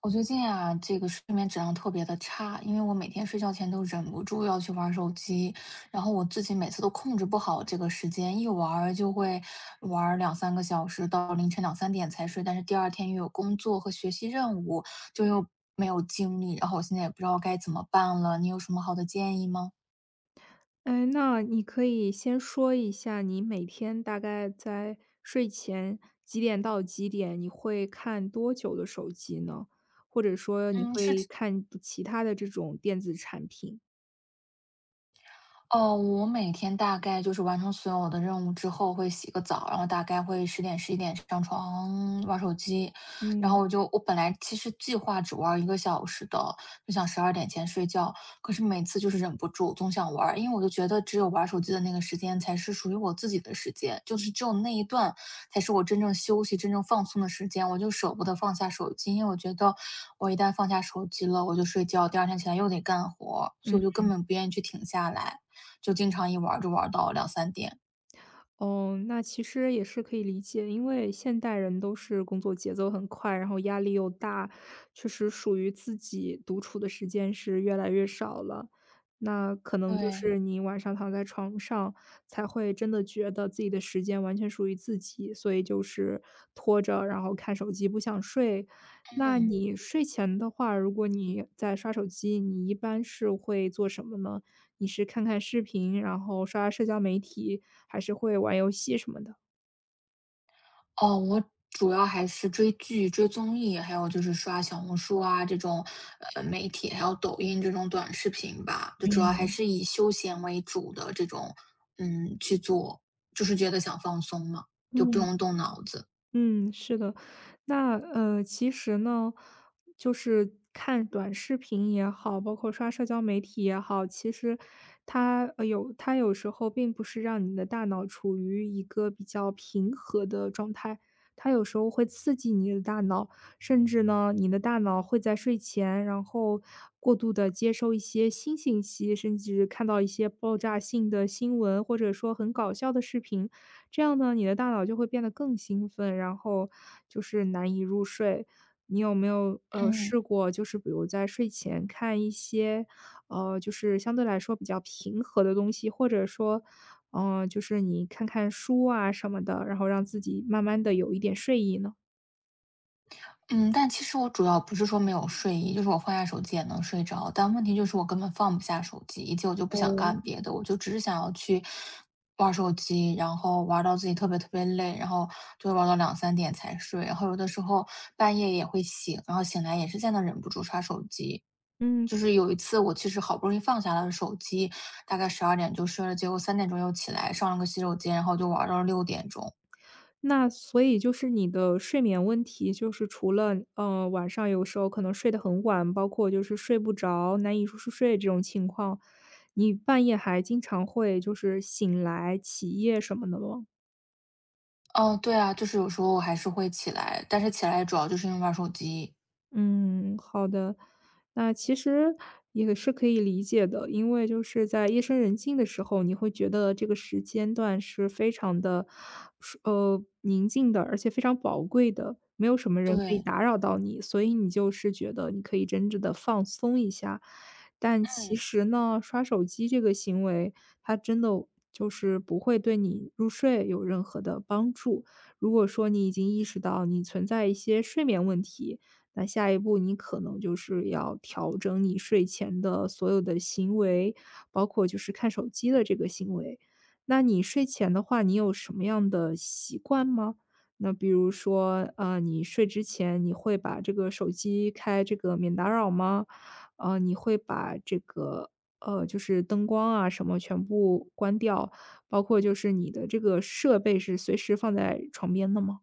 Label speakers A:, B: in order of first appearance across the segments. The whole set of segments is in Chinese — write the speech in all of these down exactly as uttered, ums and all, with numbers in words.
A: 我最近啊，这个睡眠质量特别的差，因为我每天睡觉前都忍不住要去玩儿手机，然后我自己每次都控制不好这个时间，一玩儿就会玩儿两三个小时，到凌晨两三点才睡，但是第二天又有工作和学习任务，就又没有精力，然后我现在也不知道该怎么办了，你有什么好的建议吗？
B: 哎，那你可以先说一下，你每天大概在睡前几点到几点，你会看多久的手机呢？或者说你
A: 嗯，是
B: 会看其他的这种电子产品？
A: 哦，我每天大概就是完成所有的任务之后会洗个澡，然后大概会十点十一点上床玩手机，然后
B: 嗯
A: 我就我本来其实计划只玩一个小时的，就想十二点前睡觉，可是每次就是忍不住总想玩儿，因为我就觉得只有玩手机的那个时间才是属于我自己的时间，就是只有那一段才是我真正休息、真正放松的时间，我就舍不得放下手机，因为我觉得我一旦放下手机了，我就睡觉，第二天起来又得干活，所
B: 嗯。
A: 以我就根本不愿意去停下来。就经常一玩儿就玩儿到两三点。
B: 哦，那其实也是可以理解，因为现代人都是工作节奏很快，然后压力又大，确实属于自己独处的时间是越来越少了。那可能就
A: 对。
B: 是你晚上躺在床上，才会真的觉得自己的时间完全属于自己，所以就是拖着，然后看手机不想睡。那
A: 嗯，
B: 你睡前的话，如果你在刷手机，你一般是会做什么呢？你是看看视频，然后刷刷社交媒体，还是会玩游戏什么的。
A: 哦，我主要还是追剧、追综艺，还有就是刷小红书啊这种，呃，媒体，还有抖音这种短视频吧，就主要还是以休闲为主的这种，嗯，去做，就是觉得想放松嘛，就不
B: 嗯
A: 用动脑子。
B: 嗯，是的，那呃，其实呢，就是看短视频也好，包括刷社交媒体也好，其实它呃有它有时候并不是让你的大脑处于一个比较平和的状态，它有时候会刺激你的大脑，甚至呢，你的大脑会在睡前，然后过度的接收一些新信息，甚至看到一些爆炸性的新闻，或者说很搞笑的视频。这样呢，你的大脑就会变得更兴奋，然后就是难以入睡。你有没有，呃，
A: 嗯。
B: 试过就是比如在睡前看一些，呃，就是相对来说比较平和的东西，或者说，嗯，就是你看看书啊什么的，然后让自己慢慢的有一点睡意呢？
A: 嗯，但其实我主要不是说没有睡意，就是我放下手机也能睡着，但问题就是我根本放不下手机，以及我就不
B: 哦。
A: 想干别的，我就只是想要去玩手机，然后玩到自己特别特别累，然后就玩到两三点才睡，然后有的时候半夜也会醒，然后醒来也是在那忍不住刷手机。
B: 嗯。
A: 就是有一次，我其实好不容易放下了手机，大概十二点就睡了，结果三点钟又起来上了个洗手间，然后就玩到了六点钟。
B: 那所以就是你的睡眠问题，就是除了，嗯晚上有时候可能睡得很晚，包括就是睡不着，难以入睡这种情况，你半夜还经常会就是醒来起夜什么的吗？
A: 哦，对啊，就是有时候我还是会起来，但是起来主要就是因为玩手机。
B: 嗯，好的。那其实也是可以理解的，因为就是在夜深人静的时候，你会觉得这个时间段是非常的，舒呃，宁静的，而且非常宝贵的，没有什么人可以
A: 对，
B: 打扰到你，所以你就是觉得你可以真正的放松一下。但其
A: 嗯，
B: 实呢，刷手机这个行为，它真的就是不会对你入睡有任何的帮助。如果说你已经意识到你存在一些睡眠问题，那下一步你可能就是要调整你睡前的所有的行为，包括就是看手机的这个行为。那你睡前的话，你有什么样的习惯吗？那比如说，呃，你睡之前你会把这个手机开这个免打扰吗？呃，你会把这个呃，就是灯光啊什么全部关掉，包括就是你的这个设备是随时放在床边的吗？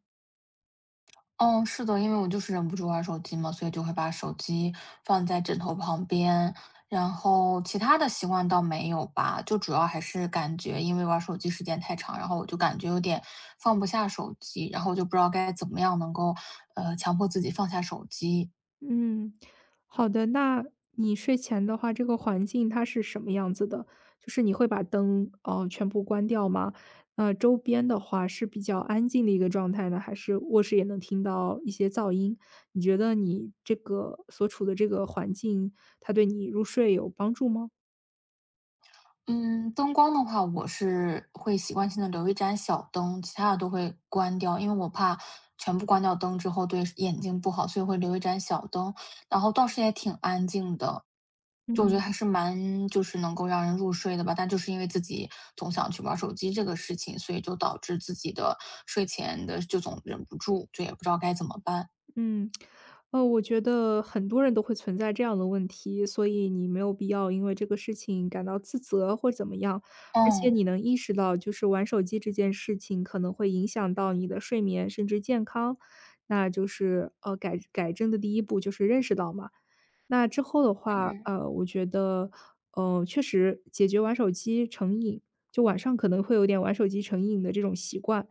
A: 哦，是的，因为我就是忍不住玩手机嘛，所以就会把手机放在枕头旁边，然后其他的习惯倒没有吧，就主要还是感觉因为玩手机时间太长，然后我就感觉有点放不下手机，然后我就不知道该怎么样能够，呃，强迫自己放下手机。
B: 嗯，好的。那你睡前的话，这个环境它是什么样子的？就是你会把灯，哦全部关掉吗？那周边的话是比较安静的一个状态呢，还是卧室也能听到一些噪音？你觉得你这个所处的这个环境，它对你入睡有帮助吗？
A: 嗯，灯光的话，我是会习惯性的留一盏小灯，其他的都会关掉，因为我怕全部关掉灯之后对眼睛不好，所以会留一盏小灯，然后倒是也挺安静的。就我觉
B: 嗯。
A: 得还是蛮就是能够让人入睡的吧，但就是因为自己总想去玩手机这个事情，所以就导致自己的睡前的就总忍不住，就也不知道该怎么办。
B: 嗯，呃，我觉得很多人都会存在这样的问题，所以你没有必要因为这个事情感到自责或怎么样。而且
A: 嗯，
B: 你能意识到，就是玩手机这件事情可能会影响到你的睡眠甚至健康，那就是呃改改正的第一步就是认识到嘛。那之后的话，
A: 嗯。
B: 呃，我觉得，呃，确实解决玩手机成瘾，就晚上可能会有点玩手机成瘾的这种习惯。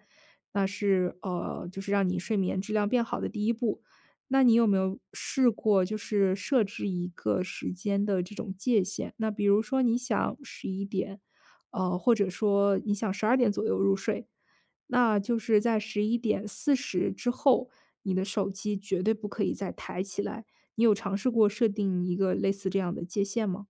B: 那是呃，就是让你睡眠质量变好的第一步。那你有没有试过，就是设置一个时间的这种界限？那比如说你想十一点，呃，或者说你想十二点左右入睡，那就是在十一点四十之后，你的手机绝对不可以再抬起来。你有尝试过设定一个类似这样的界限吗？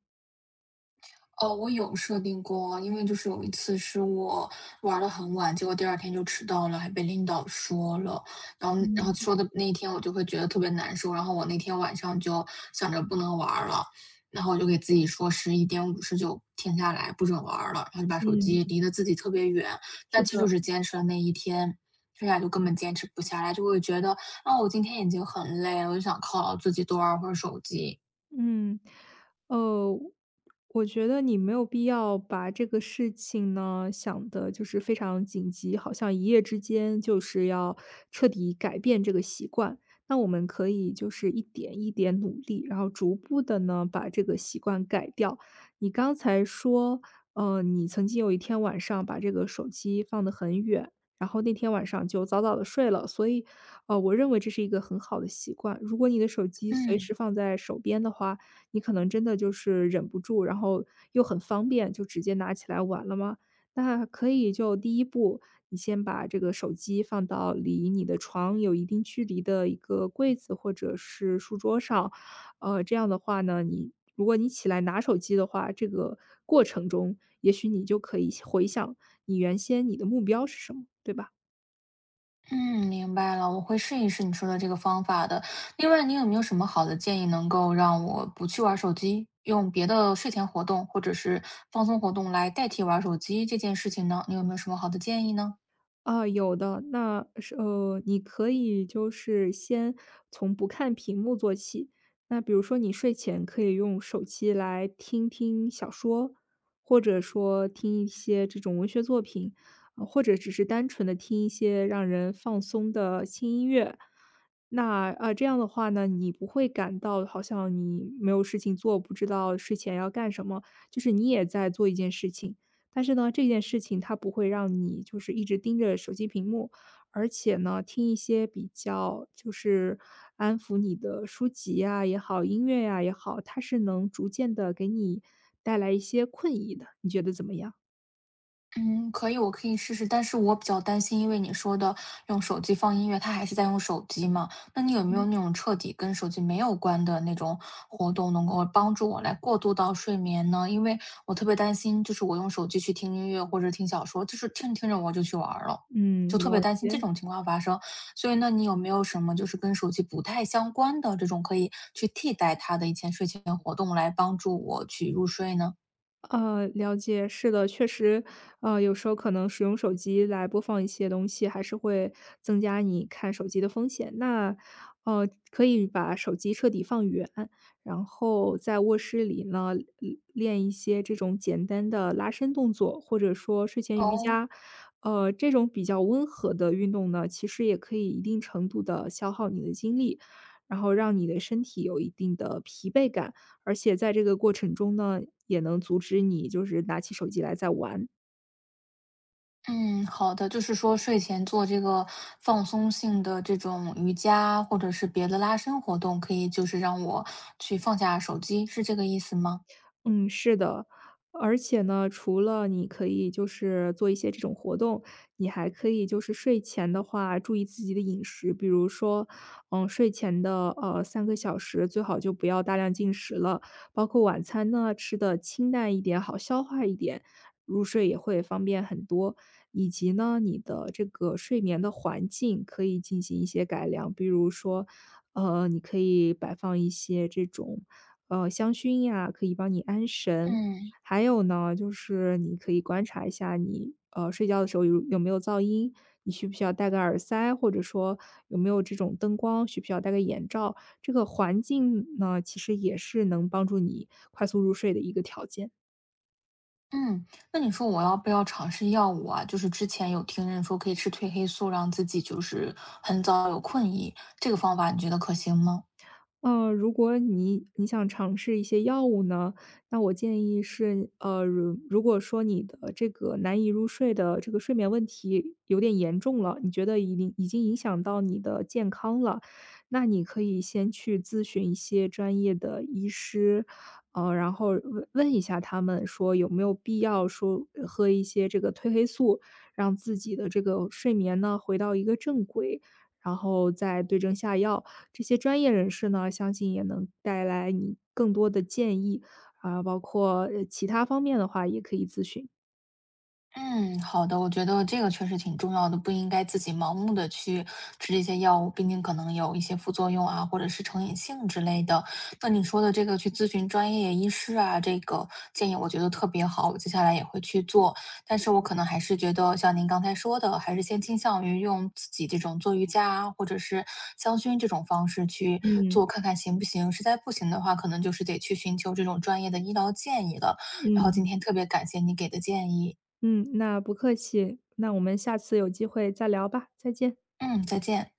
A: 哦，我有设定过，因为就是有一次是我玩的得很晚，结果第二天就迟到了，还被领导说了。然后然后
B: 嗯
A: 说的那一天我就会觉得特别难受，然后我那天晚上就想着不能玩儿了，然后我就给自己说十一点五十就停下来，不准玩儿了，然后就把手
B: 嗯，
A: 机离得自己特别远，
B: 是
A: 但其实
B: 的。
A: 就是坚持了那一天，剩下就根本坚持不下来，就会觉得，啊，我今天已经很累了，我就想犒劳自己多玩会儿手机。
B: 嗯，呃，我觉得你没有必要把这个事情呢想的就是非常紧急，好像一夜之间就是要彻底改变这个习惯。那我们可以就是一点一点努力，然后逐步的呢把这个习惯改掉。你刚才说，呃，你曾经有一天晚上把这个手机放得很远，然后那天晚上就早早的睡了，所以，呃，我认为这是一个很好的习惯。如果你的手机随
A: 嗯。
B: 时放在手边的话，你可能真的就是忍不住，然后又很方便，就直接拿起来玩了吗？那可以就第一步，你先把这个手机放到离你的床有一定距离的一个柜子或者是书桌上，呃，这样的话呢，你如果你起来拿手机的话，这个过程中，也许你就可以回想你原先你的目标是什么，对吧？
A: 嗯，明白了，我会试一试你说的这个方法的。另外，你有没有什么好的建议，能够让我不去玩手机，用别的睡前活动或者是放松活动来代替玩手机这件事情呢？你有没有什么好的建议呢？
B: 啊，有的，那是呃，你可以就是先从不看屏幕做起。那比如说，你睡前可以用手机来听听小说，或者说听一些这种文学作品，呃或者只是单纯的听一些让人放松的轻音乐。那，呃，这样的话呢，你不会感到好像你没有事情做，不知道睡前要干什么，就是你也在做一件事情，但是呢，这件事情它不会让你就是一直盯着手机屏幕，而且呢，听一些比较就是安抚你的书籍呀也好，音乐呀也好，它是能逐渐的给你带来一些困意的，你觉得怎么样？
A: 嗯，可以，我可以试试，但是我比较担心，因为你说的用手机放音乐，他还是在用手机嘛。那你有没有
B: 嗯。
A: 那种彻底跟手机没有关的那种活动，能够帮助我来过渡到睡眠呢？因为我特别担心，就是我用手机去听音乐或者听小说，就是听着听着我就去玩儿了，就
B: 嗯，
A: 特别
B: 了
A: 担心这
B: 解。
A: 种情况发生。所以，那你有没有什么就是跟手机不太相关的这种可以去替代它的一些睡前活动，来帮助我去入睡呢？
B: 呃，了解，是的，确实，呃，有时候可能使用手机来播放一些东西，还是会增加你看手机的风险。那，呃，可以把手机彻底放远，然后在卧室里呢，嗯练一些这种简单的拉伸动作，或者说睡前瑜
A: 哦，
B: 伽，呃，这种比较温和的运动呢，其实也可以一定程度的消耗你的精力，然后让你的身体有一定的疲惫感。而且在这个过程中呢，也能阻止你就是拿起手机来再玩。
A: 嗯，好的，就是说睡前做这个放松性的这种瑜伽，或者是别的拉伸活动，可以就是让我去放下手机，是这个意思吗？
B: 嗯，是的。而且呢，除了你可以就是做一些这种活动，你还可以就是睡前的话注意自己的饮食，比如说，嗯，睡前的呃三个小时最好就不要大量进食了，包括晚餐呢吃的清淡一点，好消化一点，入睡也会方便很多。以及呢，你的这个睡眠的环境可以进行一些改良，比如说，呃，你可以摆放一些这种呃，香薰呀，可以帮你安神。
A: 嗯
B: 还有呢，就是你可以观察一下你，呃，睡觉的时候有有没有噪音，你需不需要戴个耳塞，或者说有没有这种灯光，需不需要戴个眼罩。这个环境呢，其实也是能帮助你快速入睡的一个条件。
A: 嗯，那你说我要不要尝试药物啊？就是之前有听人说可以吃褪黑素，让自己就是很早有困意，这个方法你觉得可行吗？
B: 嗯，如果你你想尝试一些药物呢，那我建议是，呃，如如果说你的这个难以入睡的这个睡眠问题有点严重了，你觉得已经已经影响到你的健康了，那你可以先去咨询一些专业的医师，呃，然后问问一下他们说有没有必要说呃喝一些这个褪黑素，让自己的这个睡眠呢回到一个正轨，然后再对症下药。这些专业人士呢，相信也能带来你更多的建议，啊，包括，呃，其他方面的话也可以咨询。
A: 嗯，好的，我觉得这个确实挺重要的，不应该自己盲目的去吃这些药物，毕竟可能有一些副作用啊，或者是成瘾性之类的。那你说的这个去咨询专业医师啊，这个建议我觉得特别好，我接下来也会去做。但是我可能还是觉得像您刚才说的，还是先倾向于用自己这种做瑜伽啊或者是香薰这种方式去
B: 嗯，
A: 做，看看行不行。实在不行的话，可能就是得去寻求这种专业的医疗建议了。然后
B: 嗯，
A: 今天特别感谢你给的建议。
B: 嗯，那不客气，那我们下次有机会再聊吧，再见。
A: 嗯，再见。